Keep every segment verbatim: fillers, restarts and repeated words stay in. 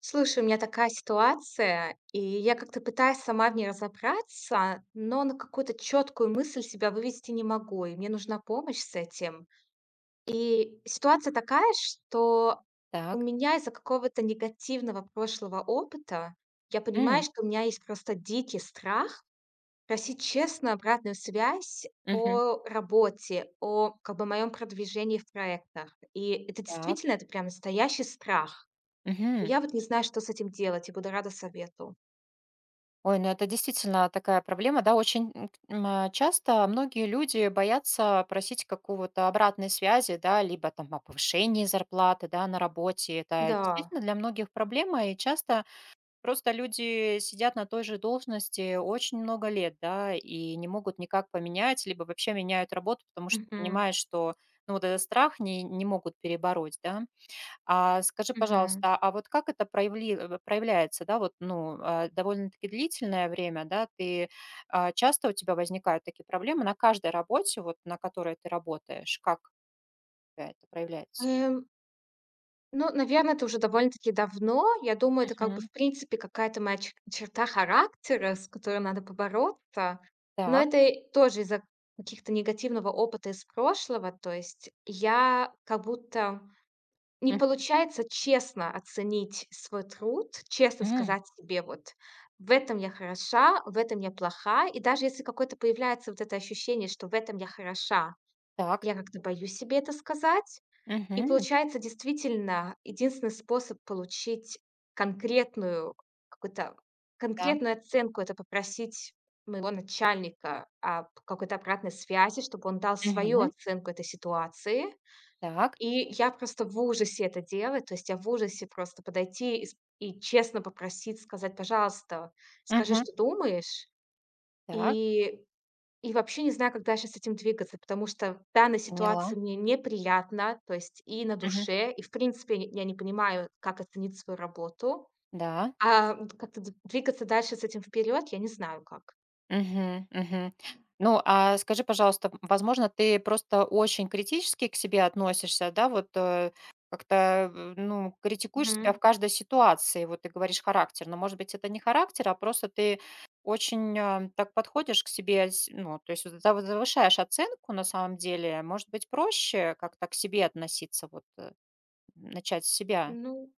Слушай, у меня такая ситуация, и я как-то пытаюсь сама в ней разобраться, но на какую-то четкую мысль себя вывести не могу, и мне нужна помощь с этим. И ситуация такая, что у Так. меня из-за какого-то негативного прошлого опыта я понимаю, М, что у меня есть просто дикий страх просить честно обратную связь мгм. о работе, о, как бы, моем продвижении в проектах. И это Так. действительно, это прям настоящий страх. Мгм. Я вот не знаю, что с этим делать, и буду рада совету. Ой, ну это действительно такая проблема, да, очень м, м, а, часто многие люди боятся просить какого-то обратной связи, да, либо там о повышении зарплаты, да, на работе. Это Да. действительно для многих проблема, и часто просто люди сидят на той же должности очень много лет, да, и не могут никак поменять, либо вообще меняют работу, потому что Мгм. понимают, что, ну, вот этот страх не, не могут перебороть, да. А скажи, Мгм. пожалуйста, а вот как это проявли э, проявляется, да, вот, ну, э, довольно-таки длительное время, да, ты, а, часто у тебя возникают такие проблемы на каждой работе, вот на которой ты работаешь? Как у тебя это проявляется? Эм, ну, наверное, это уже довольно-таки давно. Я думаю, это, как бы, Мгм. в принципе, какая-то моя чер- черта характера, с которой надо побороться. Но Так. это и тоже из-за каких-то негативного опыта из прошлого. То есть я как будто не получается честно оценить свой труд, честно Мгм. сказать себе: "Вот в этом я хороша, в этом я плоха". И даже если какое-то появляется вот это ощущение, что в этом я хороша, Так. я как-то боюсь себе это сказать. И Мгм. получается, действительно, единственный способ получить конкретную какую-то Да. конкретную оценку — это попросить моего начальника об какой-то обратной связи, чтобы он дал свою Мгм. оценку этой ситуации. Так. И я просто в ужасе это делать, то есть я в ужасе просто подойти и с и честно попросить, сказать: "Пожалуйста, скажи, Мгм. что думаешь". Так. И и вообще не знаю, как дальше с этим двигаться, потому что в данной Поняла. ситуации мне неприятно, то есть и на Мгм. душе, и в принципе я не я не понимаю, как оценить свою работу. Да. А, м, как-то д двигаться дальше с этим вперед, я не знаю как. Мгм, мгм. Ну, а скажи, пожалуйста, возможно, ты просто очень критически к себе относишься, да, вот э, как-то, э, ну, критикуешь себя в Мгм. каждой ситуации, вот ты говоришь характер, но, может быть, это не характер, а просто ты очень а, так подходишь к себе, с- ну, то есть вот зав- завышаешь оценку на самом деле, может быть, проще как-то к себе относиться, вот э, начать с себя. Ну,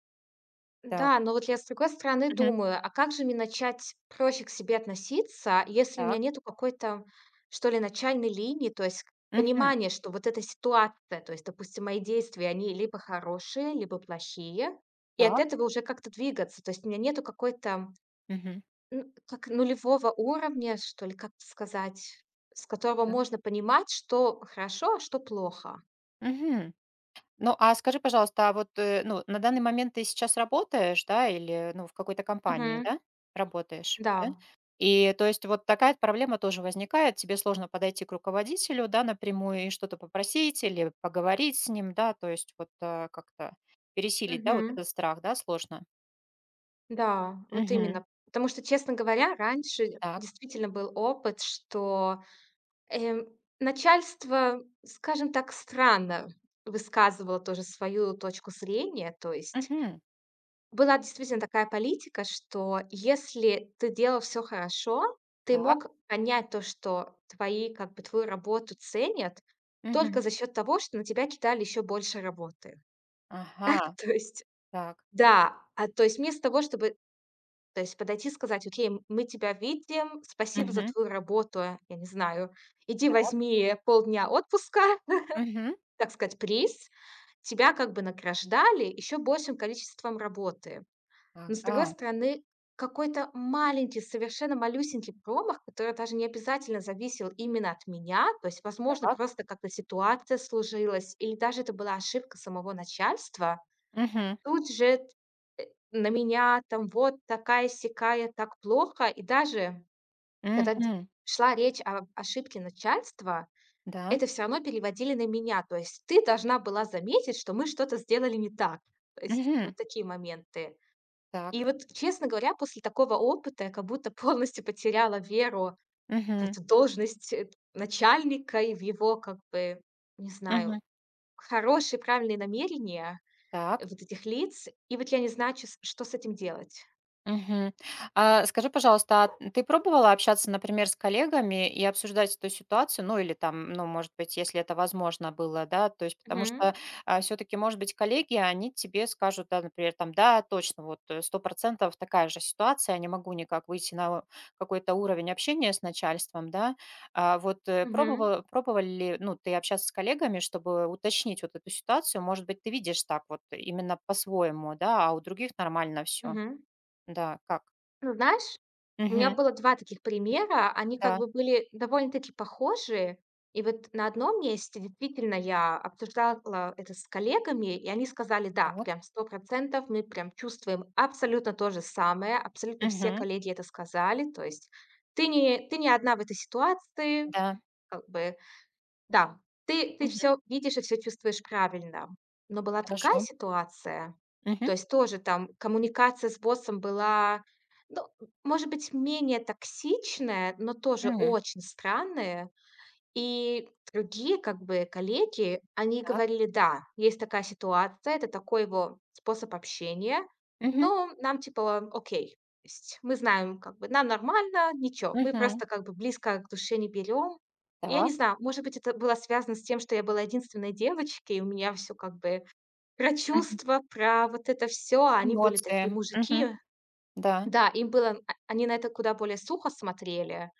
Так, да, но вот я, с другой стороны, Мгм. думаю, а как же мне начать проще к себе относиться, если у меня так, нету какой-то, что ли, начальной линии, то есть Мгм. понимания, что вот эта ситуация, то есть, допустим, мои действия, они либо хорошие, либо плохие, и от так, этого уже как-то двигаться. То есть у меня нету какой-то, Мгм. ну, как нулевого уровня, что ли, как это сказать, с которого Да. можно понимать, что хорошо, а что плохо. Мгм. Ну, а скажи, пожалуйста, а вот, э, ну, на данный момент ты сейчас работаешь, да, или, ну, в какой-то компании, Мгм. да, работаешь, да? Да. И, то есть, вот такая проблема тоже возникает, тебе сложно подойти к руководителю, да, напрямую и что-то попросить или поговорить с ним, да, то есть, вот э, как-то пересилить, да, вот Мгм. этот страх, да, сложно. Да, вот Мгм. именно. Потому что, честно говоря, раньше Так. действительно был опыт, что, эм, начальство, скажем так, странно высказывало тоже свою точку зрения. То есть Мгм. была действительно такая политика, что если ты делал все хорошо, ты Так. мог понять то, что твои как бы твою работу ценят Мгм. только за счет того, что на тебя кидали еще больше работы. Ага. То есть Так. да, а, то есть вместо того, чтобы... То есть подойти и сказать: "Окей, м мы тебя видим, спасибо за Мгм. твою работу, я не знаю, иди Так. возьми полдня отпуска", Мгм. так сказать, приз. Тебя как бы награждали еще большим количеством работы. Но, с другой Ага. стороны, какой-то маленький, совершенно малюсенький промах, который даже не обязательно зависел именно от меня. То есть, возможно, Так. просто как-то ситуация сложилась или даже это была ошибка самого начальства. Угу. Тут же э, на меня там вот такая-сякая, так плохо. И даже когда д- Угу. шла речь о ошибке начальства, Да. это все равно переводили на меня. То есть ты должна была заметить, что мы что-то сделали не так. То есть Угу. вот такие моменты. И Так. вот, честно говоря, после такого опыта я как будто полностью потеряла веру в Мгм. эту должность э, начальника и в его, как бы, не Мгм. знаю, хорошие, правильные намерения э, Так. вот этих лиц, и вот я не знаю, чё с что с этим делать. Мгм. А, скажи, пожалуйста, а ты пробовала общаться, например, с коллегами и обсуждать эту ситуацию? Ну, или там, ну, может быть, если это возможно было, да, то есть потому что Мгм. все-таки, может быть, коллеги, они тебе скажут, да, например, там, да, точно, вот э, сто процентов такая же ситуация, я не могу никак выйти на какой-то уровень общения с начальством, да. А вот э, Мгм. пробовала, пробовали ли, ну, ты общаться с коллегами, чтобы уточнить вот эту ситуацию? Может быть, ты видишь так вот именно по-своему, да, а у других нормально все. Мгм. Да, как? Ну, знаешь, у меня Мгм. было два таких примера. Они как Да, бы были довольно-таки похожие. И вот на одном месте действительно я обсуждала это с коллегами, и они сказали: "Да, так. прям сто процентов мы прям чувствуем абсолютно то же самое". Абсолютно все Мгм. коллеги это сказали. То есть ты не ты не одна в этой ситуации, Да. как бы... Да, ты ты Мгм. все видишь и все чувствуешь правильно. Но была другая Хорошо. ситуация. То Мгм. есть тоже там коммуникация с боссом была, ну, может быть, менее токсичная, но тоже М. очень странная. И другие, как бы, коллеги, они Так. говорили: "Да, есть такая ситуация, это такой его способ общения, Мгм. но нам, типа, окей". То есть мы знаем, как бы, нам нормально, ничего, мы Мгм. просто, как бы, близко к душе не берем. И я не Так. знаю, может быть, это было связано с тем, что я была единственной девочкой, и у меня все как бы про Мгм. чувства, про вот это все, а они были такие Эмоции. Мгм. мужики. Да. Да, им было — а они на это куда более сухо смотрели.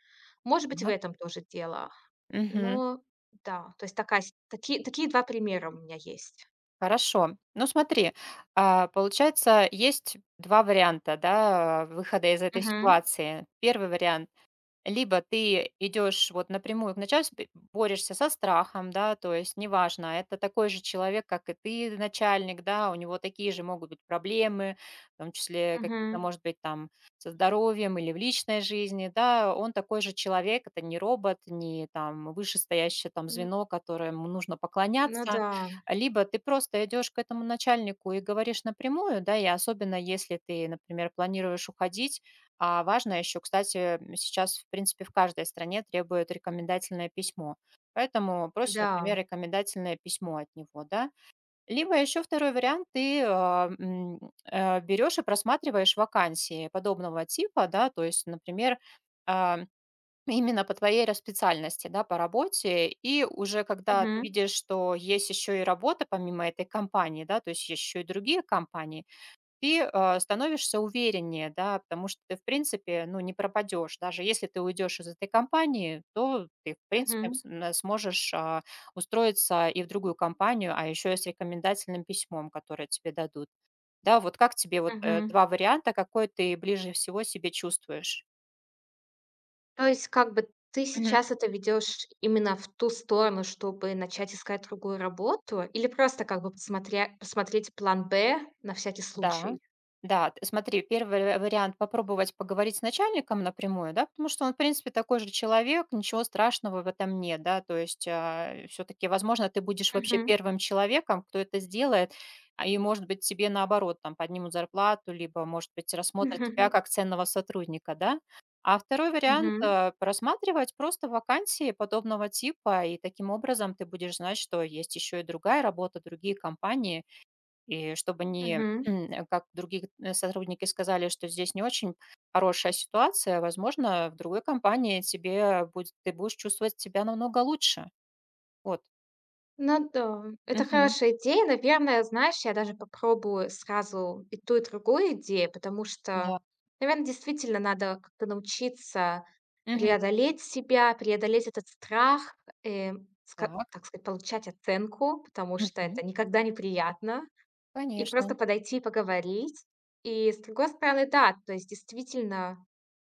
Может быть, в Так. этом тоже дело. Мгм. Но да, то есть такая с таки такие два примера у меня есть. Хорошо. Ну, смотри, а, получается, есть два варианта, да, выхода из этой Мгм. ситуации. Первый вариант- либо ты идешь вот напрямую к начальству, б- борешься со страхом, да, то есть неважно, это такой же человек, как и ты, начальник, да, у него такие же могут быть проблемы, в том числе какие-то, Мгм. может быть, там со здоровьем или в личной жизни, да, он такой же человек, это не робот, не там вышестоящее там Н звено, которому нужно ну поклоняться, да, либо ты просто идешь к этому начальнику и говоришь напрямую, да, и особенно если ты, например, планируешь уходить, а важно еще, кстати, сейчас, в принципе, в каждой стране требуют рекомендательное письмо. Поэтому просишь, например, да. рекомендательное письмо от него, да. Либо еще второй вариант, ты а, м, э, берешь и просматриваешь вакансии подобного типа, да, то есть, например, а, именно по твоей ра- специальности, да, по работе, и уже когда ты Мгм. видишь, что есть еще и работа помимо этой компании, да, то есть есть еще и другие компании, ты а, становишься увереннее, да, потому что ты, в принципе, ну, не пропадешь. Даже если ты уйдешь из этой компании, то ты, в принципе, Мгм. с- м, сможешь а, устроиться и в другую компанию, а еще и с рекомендательным письмом, которое тебе дадут. Да, вот как тебе вот э, Мгм. два варианта, какой ты ближе всего себе чувствуешь? То есть, как бы, ты Мгм. сейчас это ведешь именно в ту сторону, чтобы начать искать другую работу, или просто, как бы, посмотря посмотреть план бэ на всякий Да. случай? Да, т смотри, первый ва вариант- попробовать поговорить с начальником напрямую, да, потому что он, в принципе, такой же человек, ничего страшного в этом нет, да. То есть, все таки возможно, ты будешь вообще Мгм. первым человеком, кто это сделает, а, и, может быть, тебе, наоборот, там поднимут зарплату, либо, может быть, рассмотрят тебя как ценного сотрудника, да. А второй вариант, Мгм. э, просматривать просто вакансии подобного типа, и таким образом ты будешь знать, что есть еще и другая работа, другие компании. И чтобы не, Мгм. как другие э, сотрудники сказали, что здесь не очень хорошая ситуация, возможно, в другой компании тебе будет ты будешь чувствовать себя намного лучше. Вот. Ну да, это Мгм. хорошая идея. Наверное, знаешь, я даже попробую сразу и ту, и другую идею, потому Да. что, наверное, действительно надо как-то научиться Мгм. преодолеть себя, преодолеть этот страх, э, ска- Так. так сказать, получать оценку, потому что Мгм. это никогда неприятно, и Конечно. просто подойти и поговорить. И, с другой стороны, да, то есть действительно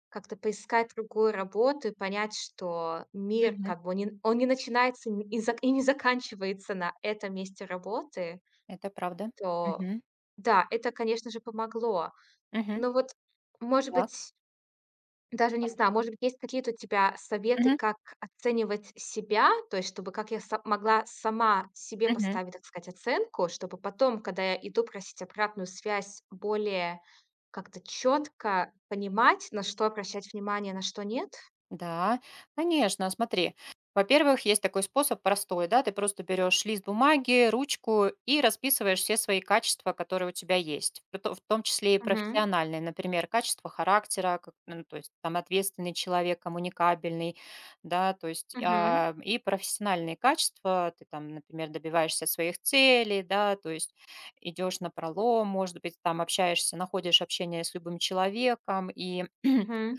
как-то поискать другую работу и понять, что мир, Мгм. как бы, он не он не начинается н и зак и не заканчивается на этом месте работы, Это правда. то Мгм. да, это, конечно же, помогло. Мгм. Но вот, может Так. быть, даже не Хорошо. знаю, может быть, есть какие-то у тебя советы, Мгм. как оценивать себя? То есть чтобы, как я са, могла сама себе Мгм. поставить, так сказать, оценку, чтобы потом, когда я иду просить обратную связь, более как-то четко понимать, на что обращать внимание, на что нет? Да, конечно, смотри. Во-первых, есть такой способ простой, да, ты просто берешь лист бумаги, ручку и расписываешь все свои качества, которые у тебя есть, в то- в том числе и Мгм, профессиональные, например, качество характера, как, ну, то есть там ответственный человек, коммуникабельный, да, то есть мгм, а, и профессиональные качества, ты там, например, добиваешься своих целей, да, то есть идешь на пролом, может быть, там общаешься, находишь общение с любым человеком и мгм.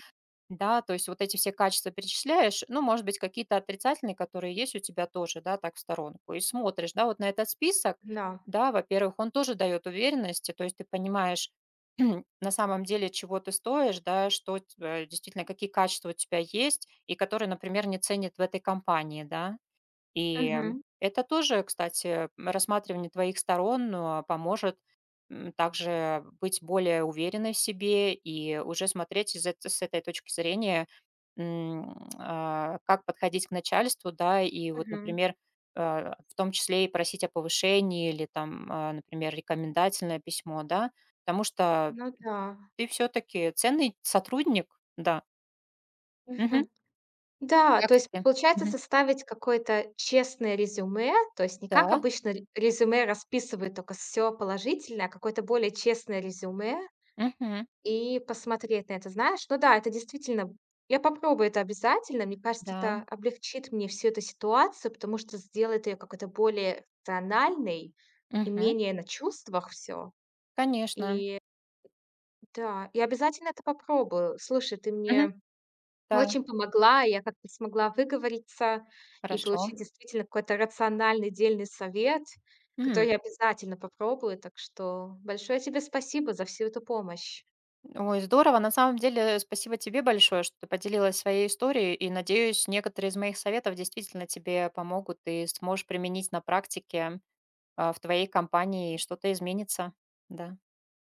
Да, то есть вот эти все качества перечисляешь, ну, может быть, какие-то отрицательные, которые есть у тебя тоже, да, так в сторонку, и смотришь, да, вот на этот список, Да. да, во-первых, он тоже дает уверенности, то есть ты понимаешь на самом деле, чего ты стоишь, да, что т- э, действительно, какие качества у тебя есть, и которые, например, не ценят в этой компании, да, и Мгм, это тоже, кстати, м, рассматривание твоих сторон а, поможет м, также быть более уверенной в себе и уже смотреть из эт- с этой точки зрения, м, а, как подходить к начальству, да, и вот, мгм. например, а, в том числе и просить о повышении или там, а, например, рекомендательное письмо, да, потому что Ну да. ты все-таки ценный сотрудник, да. Мгм. Мгм. Да, то Как есть тебе? получается Мгм. составить какое-то честное резюме, то есть не как Да, обычно ре резюме расписывают только все положительное, а какое-то более честное резюме мгм, и посмотреть на это. Знаешь, ну да, это действительно, я попробую это обязательно. Мне кажется, да, это облегчит мне всю эту ситуацию, потому что сделает ее какой-то более рациональной и мгм, менее на чувствах все. конечно. И да, я обязательно это попробую. Слушай, ты Мгм. мне Да, очень помогла, я как-то смогла выговориться и хорошо. получить действительно какой-то рациональный, дельный совет, М. который я обязательно попробую. Так что большое тебе спасибо за всю эту помощь. Ой, здорово. На самом деле, спасибо тебе большое, что ты поделилась своей историей, и, надеюсь, некоторые из моих советов действительно тебе помогут, и сможешь применить на практике, а, в твоей компании, и что-то изменится. Да.